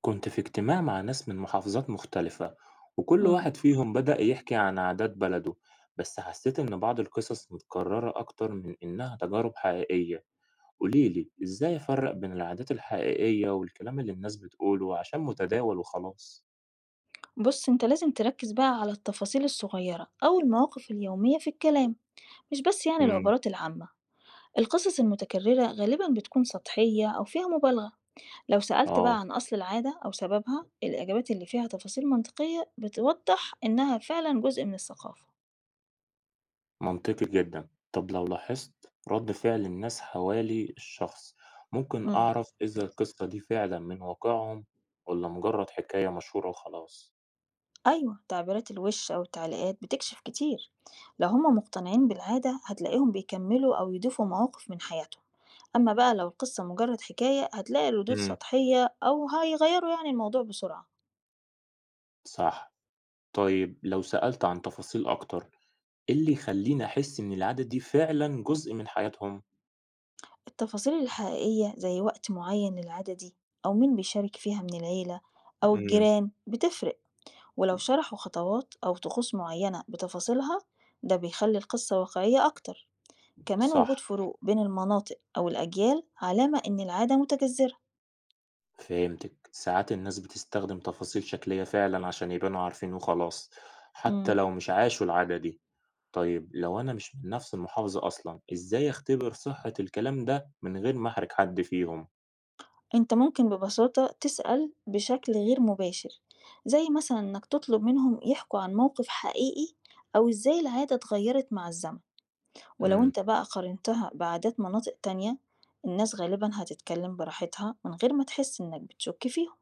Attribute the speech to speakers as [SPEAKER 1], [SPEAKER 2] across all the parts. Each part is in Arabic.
[SPEAKER 1] كنت في اجتماع مع ناس من محافظات مختلفة، وكل
[SPEAKER 2] امم
[SPEAKER 1] واحد فيهم بدأ يحكي عن عادات بلده. بس حسيت إن بعض القصص متكررة أكتر من إنها تجارب حقيقية. قوليلي إزاي أفرق بين العادات الحقيقية والكلام اللي الناس بتقوله عشان متداول وخلاص.
[SPEAKER 2] بص انت لازم تركز بقى على التفاصيل الصغيرة أو المواقف اليومية في الكلام، مش بس يعني
[SPEAKER 1] امم.
[SPEAKER 2] العبارات العامة. القصص المتكررة غالبا بتكون سطحية أو فيها مبالغة. لو سألت بقى
[SPEAKER 1] آه،
[SPEAKER 2] عن أصل العادة أو سببها، الإجابات اللي فيها تفاصيل منطقية بتوضح إنها فعلا جزء من الثقافة.
[SPEAKER 1] منطقي جدا. طب لو لاحظت رد فعل الناس حوالي الشخص، ممكن
[SPEAKER 2] امم
[SPEAKER 1] أعرف إذا القصة دي فعلا من واقعهم، ولا مجرد حكاية مشهورة وخلاص.
[SPEAKER 2] أيوه، تعبيرات الوِش أو التعليقات بتكشف كتير، لو هما مقتنعين بالعادة هتلاقيهم بيكمّلوا أو يضيفوا مواقف من حياتهم، أما بقى لو القصة مجرد حكاية هتلاقي الردود
[SPEAKER 1] امم.
[SPEAKER 2] سطحية أو هيغيّروا يعني الموضوع بسرعة.
[SPEAKER 1] صح. طيب لو سألت عن تفاصيل أكتر، إيه اللي يخلّيني أحس إن العادة دي فعلًا جزء من حياتهم؟
[SPEAKER 2] التفاصيل الحقيقية زي وقت معين للعادة دي، أو مين بيشارك فيها من العيلة أو
[SPEAKER 1] إمم.
[SPEAKER 2] الجيران بتفرق، ولو شرحوا خطوات أو طقوس معينة بتفاصيلها، ده بيخلّي القصة واقعية أكتر. كمان
[SPEAKER 1] صح،
[SPEAKER 2] وجود فروق بين المناطق أو الأجيال علامة إن العادة متجذرة.
[SPEAKER 1] فهمتك. ساعات الناس بتستخدم تفاصيل شكلية فعلًا عشان يبانوا عارفين وخلاص، حتى
[SPEAKER 2] إمم،
[SPEAKER 1] لو مش عاشوا العادة دي. طيب لو أنا مش من نفس المحافظة أصلًا، إزاي أختبر صحة الكلام ده من غير ما أحرج حد فيهم؟
[SPEAKER 2] أنت ممكن ببساطة تسأل بشكل غير مباشر، زي مثلًا إنك تطلب منهم يحكوا عن موقف حقيقي أو إزاي العادة اتغيرت مع الزمن، ولو
[SPEAKER 1] إمم.
[SPEAKER 2] أنت بقى قارنتها بعادات مناطق تانية، الناس غالبًا هتتكلم براحتها من غير ما تحس إنك بتشُك فيهم.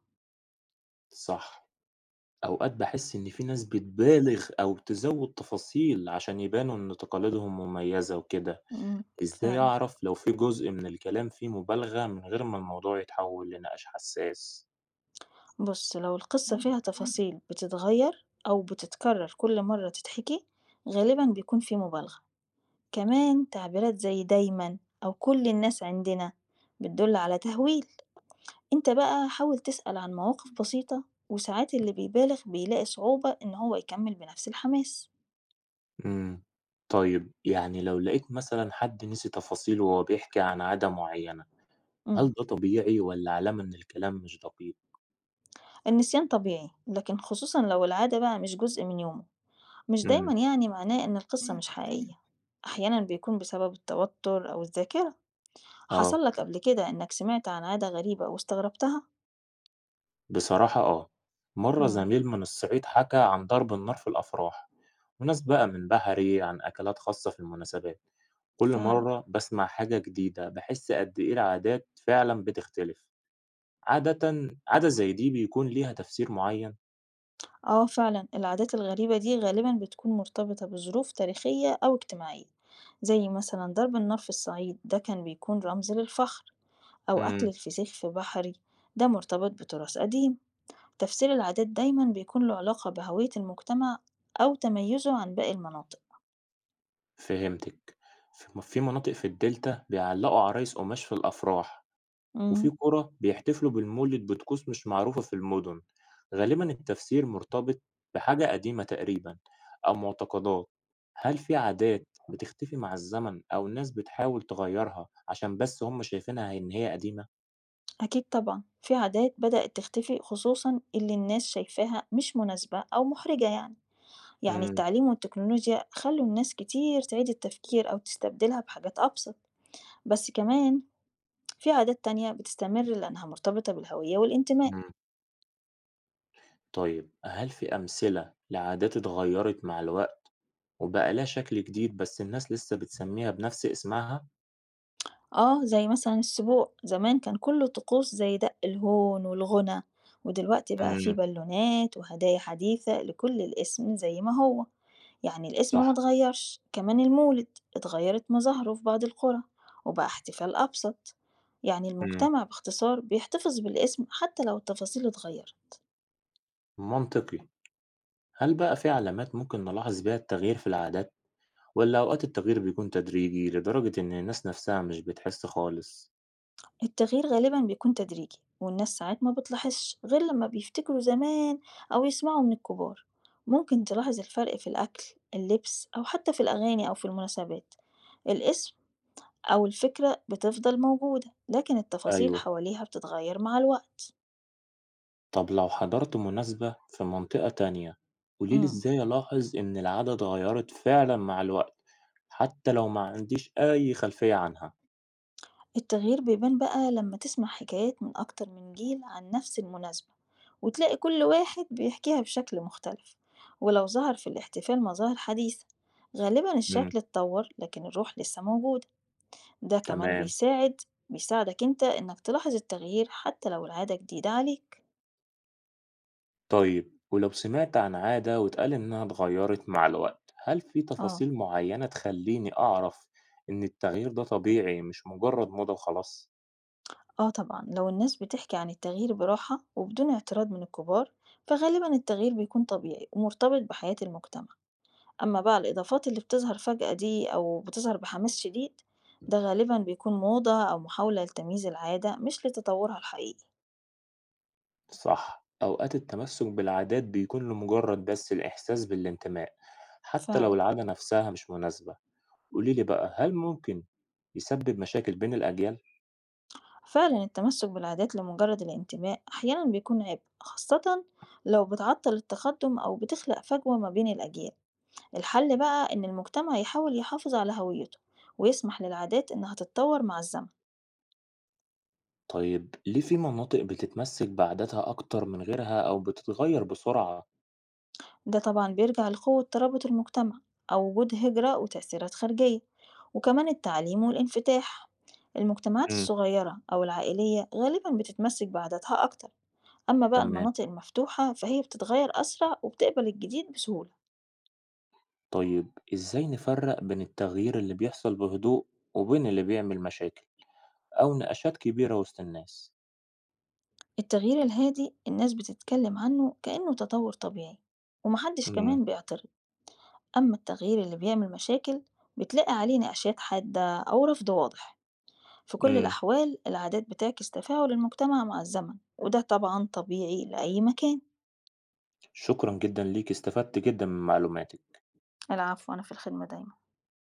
[SPEAKER 1] صح، أوقات باحس إن في ناس بتبالغ أو تزوّد تفاصيل عشان يبانوا إن تقاليدهم مميزة وكده.
[SPEAKER 2] إمم،
[SPEAKER 1] إزاي
[SPEAKER 2] فعلًا.
[SPEAKER 1] أعرف لو في جزء من الكلام فيه مبالغة من غير ما الموضوع يتحول لنقاش حساس؟
[SPEAKER 2] بُص، لو القصة فيها تفاصيل بتتغير أو بتتكرر كل مرة تتحكي، غالبًا بيكون في مبالغة. كمان تعبيرات زي دايماً أو كل الناس عندنا بتدل على تهويل. انت بقى حاول تسأل عن مواقف بسيطة، وساعات اللي بيبالغ بيلاقي صعوبة إن هو يكمل بنفس الحماس.
[SPEAKER 1] امم. طيب يعني لو لقيت مثلا حد نسي تفاصيل وهو بيحكي عن عادة معينة،
[SPEAKER 2] مم.
[SPEAKER 1] هل ده طبيعي ولا علامة إن الكلام مش دقيق؟
[SPEAKER 2] النسيان طبيعي، لكن خصوصا لو العادة بقى مش جزء من يومه، مش
[SPEAKER 1] امم.
[SPEAKER 2] دايما يعني معناه إن القصة مش حقيقية. أحيانا بيكون بسبب التوتر أو الذاكرة.
[SPEAKER 1] آه،
[SPEAKER 2] حصل لك قبل كده إنك سمعت عن عادة غريبة واستغربتها؟
[SPEAKER 1] بصراحة آه، مرة
[SPEAKER 2] مم.
[SPEAKER 1] زميل من الصعيد حكى عن ضرب النار في الأفراح، وناس بقى من بحري عن أكلات خاصة في المناسبات. كل
[SPEAKER 2] فعلا.
[SPEAKER 1] مرة بسمع حاجة جديدة بحس قد إيه العادات فعلا بتختلف. عادةً عادة زي دي بيكون ليها تفسير معيّن؟
[SPEAKER 2] اه، فعلا العادات الغريبة دي غالبا بتكون مرتبطة بظروف تاريخية أو اجتماعية، زي مثلا ضرب النار في الصعيد، ده كان بيكون رمز للفخر، أو أكل
[SPEAKER 1] إمم.
[SPEAKER 2] الفسيخ في بحري، ده مرتبط بتراث قديم. تفسير العادات دايما بيكون له علاقة بهوية المجتمع أو تميزه عن باقي المناطق.
[SPEAKER 1] فهمتِك. في مناطق في الدلتا بيعلّقوا عرايس قماش في الأفراح، وفي
[SPEAKER 2] امم،
[SPEAKER 1] قرى بيحتفلوا بالمولد بطقوس مش معروفة في المدن. غالبًا التفسير مرتبط بحاجة قديمة تقريبًا أو معتقدات. هل في عادات بتختفي مع الزمن أو ناس بتحاول تغيّرها عشان بس هم شايفينها إن هي قديمة؟
[SPEAKER 2] أكيد طبعا في عادات بدأت تختفي، خصوصا اللي الناس شايفاها مش مناسبة أو محرجة. يعني يعني
[SPEAKER 1] إمم،
[SPEAKER 2] التعليم والتكنولوجيا خلوا الناس كتير تعيد التفكير أو تستبدلها بحاجات أبسط. بس كمان في عادات تانية بتستمر لأنها مرتبطة بالهوية والانتماء.
[SPEAKER 1] إمم. طيب، هل في أمثلة لعادات اتغيّرت مع الوقت؟ وبقى لها شكل جديد بس الناس لسه بتسميها بنفس اسمها؟
[SPEAKER 2] آه، زي مثلا السبوع زمان كان كله طقوس زي دق الهون والغنى، ودلوقتي بقى في
[SPEAKER 1] إمم.
[SPEAKER 2] بالونات وهدايا حديثة، لكل الاسم زي ما هو. يعني الاسم ما
[SPEAKER 1] صح.
[SPEAKER 2] اتغيرش. كمان المولد اتغيرت مظاهره في بعض القرى وبقى احتفال أبسط. يعني
[SPEAKER 1] إمم.
[SPEAKER 2] المجتمع باختصار بيحتفظ بالاسم حتى لو التفاصيل اتغيرت.
[SPEAKER 1] منطقي. هل بقى في علامات ممكن نلاحظ بيها التغيير في العادات، والّا أوقات التغيير بيكون تدريجي لدرجة إن الناس نفسها مش بتحس خالص؟
[SPEAKER 2] التغيير غالبا بيكون تدريجي، والناس ساعات ما بتلاحظش غير لما بيفتكروا زمان أو يسمعوا من الكبار. ممكن تلاحظ الفرق في الأكل، اللبس، أو حتى في الأغاني أو في المناسبات. الاسم أو الفكرة بتفضل موجودة، لكن التفاصيل
[SPEAKER 1] أيوه.
[SPEAKER 2] حواليها بتتغير مع الوقت.
[SPEAKER 1] طب لو حضرت مناسبة في منطقة تانية، قولي لي
[SPEAKER 2] مم.
[SPEAKER 1] إزاي ألاحظ إن العادة اتغيرت فعلًا مع الوقت، حتى لو ما عنديش أي خلفية عنها؟
[SPEAKER 2] التغيير بيبان بقى لما تسمع حكايات من أكتر من جيل عن نفس المناسبة، وتلاقي كل واحد بيحكيها بشكل مختلف. ولو ظهر في الاحتفال مظاهر حديثة، غالبا
[SPEAKER 1] إمم.
[SPEAKER 2] الشكل اتطور لكن الروح لسه موجودة. ده كمان
[SPEAKER 1] تمام.
[SPEAKER 2] بيساعدك انت انك تلاحظ التغيير حتى لو العادة جديدة عليك.
[SPEAKER 1] طيب ولو سمعت عن عادة واتقال إنها اتغيرت مع الوقت، هل في
[SPEAKER 2] اه.
[SPEAKER 1] تفاصيل معينة تخليني أعرف إن التغيير ده طبيعي مش مجرد موضة وخلاص؟
[SPEAKER 2] اه، طبعا لو الناس بتحكي عن التغيير براحة وبدون اعتراض من الكبار، فغالبا التغيير بيكون طبيعي ومرتبط بحياة المجتمع. أمّا بقى الإضافات اللي بتظهر فجأة دي أو بتظهر بحماس شديد، ده غالبًا بيكون موضة أو محاولة لتمييز العادة مش لتطورها الحقيقي.
[SPEAKER 1] صح، أوقات التمسك بالعادات بيكون لمجرد بس الإحساس بالانتماء، حتى لو
[SPEAKER 2] فعلًا،
[SPEAKER 1] العادة نفسها مش مناسبة. قوليلي بقى هل ممكن يسبب مشاكل بين الأجيال؟
[SPEAKER 2] فعلًا التمسك بالعادات لمجرد الانتماء أحيانًا بيكون عبء، خاصةً لو بتعطل التقدم أو بتخلق فجوة ما بين الأجيال. الحل بقى إن المجتمع يحاول يحافظ على هويته ويسمح للعادات إنها تتطور مع الزمن.
[SPEAKER 1] طيب ليه في مناطق بتتمسك بعاداتها أكتر من غيرها أو بتتغير بسرعة؟
[SPEAKER 2] ده طبعا بيرجع لقوة ترابط المجتمع، أو وجود هجرة وتأثيرات خارجية، وكمان التعليم والانفتاح. المجتمعات
[SPEAKER 1] امم.
[SPEAKER 2] الصغيرة أو العائلية غالبا بتتمسك بعاداتها أكتر، أما بقى
[SPEAKER 1] تمام.
[SPEAKER 2] المناطق المفتوحة فهي بتتغير أسرع وبتقبل الجديد بسهولة.
[SPEAKER 1] طيب إزاي نفرق بين التغيير اللي بيحصل بهدوء، وبين اللي بيعمل مشاكل أو نقاشات كبيرة وسط الناس؟
[SPEAKER 2] التغيير الهادي الناس بتتكلم عنه كأنه تطور طبيعي ومحدش
[SPEAKER 1] مم.
[SPEAKER 2] كمان بيعترض. أما التغيير اللي بيعمل مشاكل، بتلاقي عليه نقاشات حادة أو رفض واضح. في كل
[SPEAKER 1] مم.
[SPEAKER 2] الأحوال العادات بتعكس تفاعل المجتمع مع الزمن، وده طبعًا طبيعي لأي مكان.
[SPEAKER 1] شكرا جدا ليك، استفدت جدا من معلوماتك.
[SPEAKER 2] العفو، أنا في الخدمة دايمًا.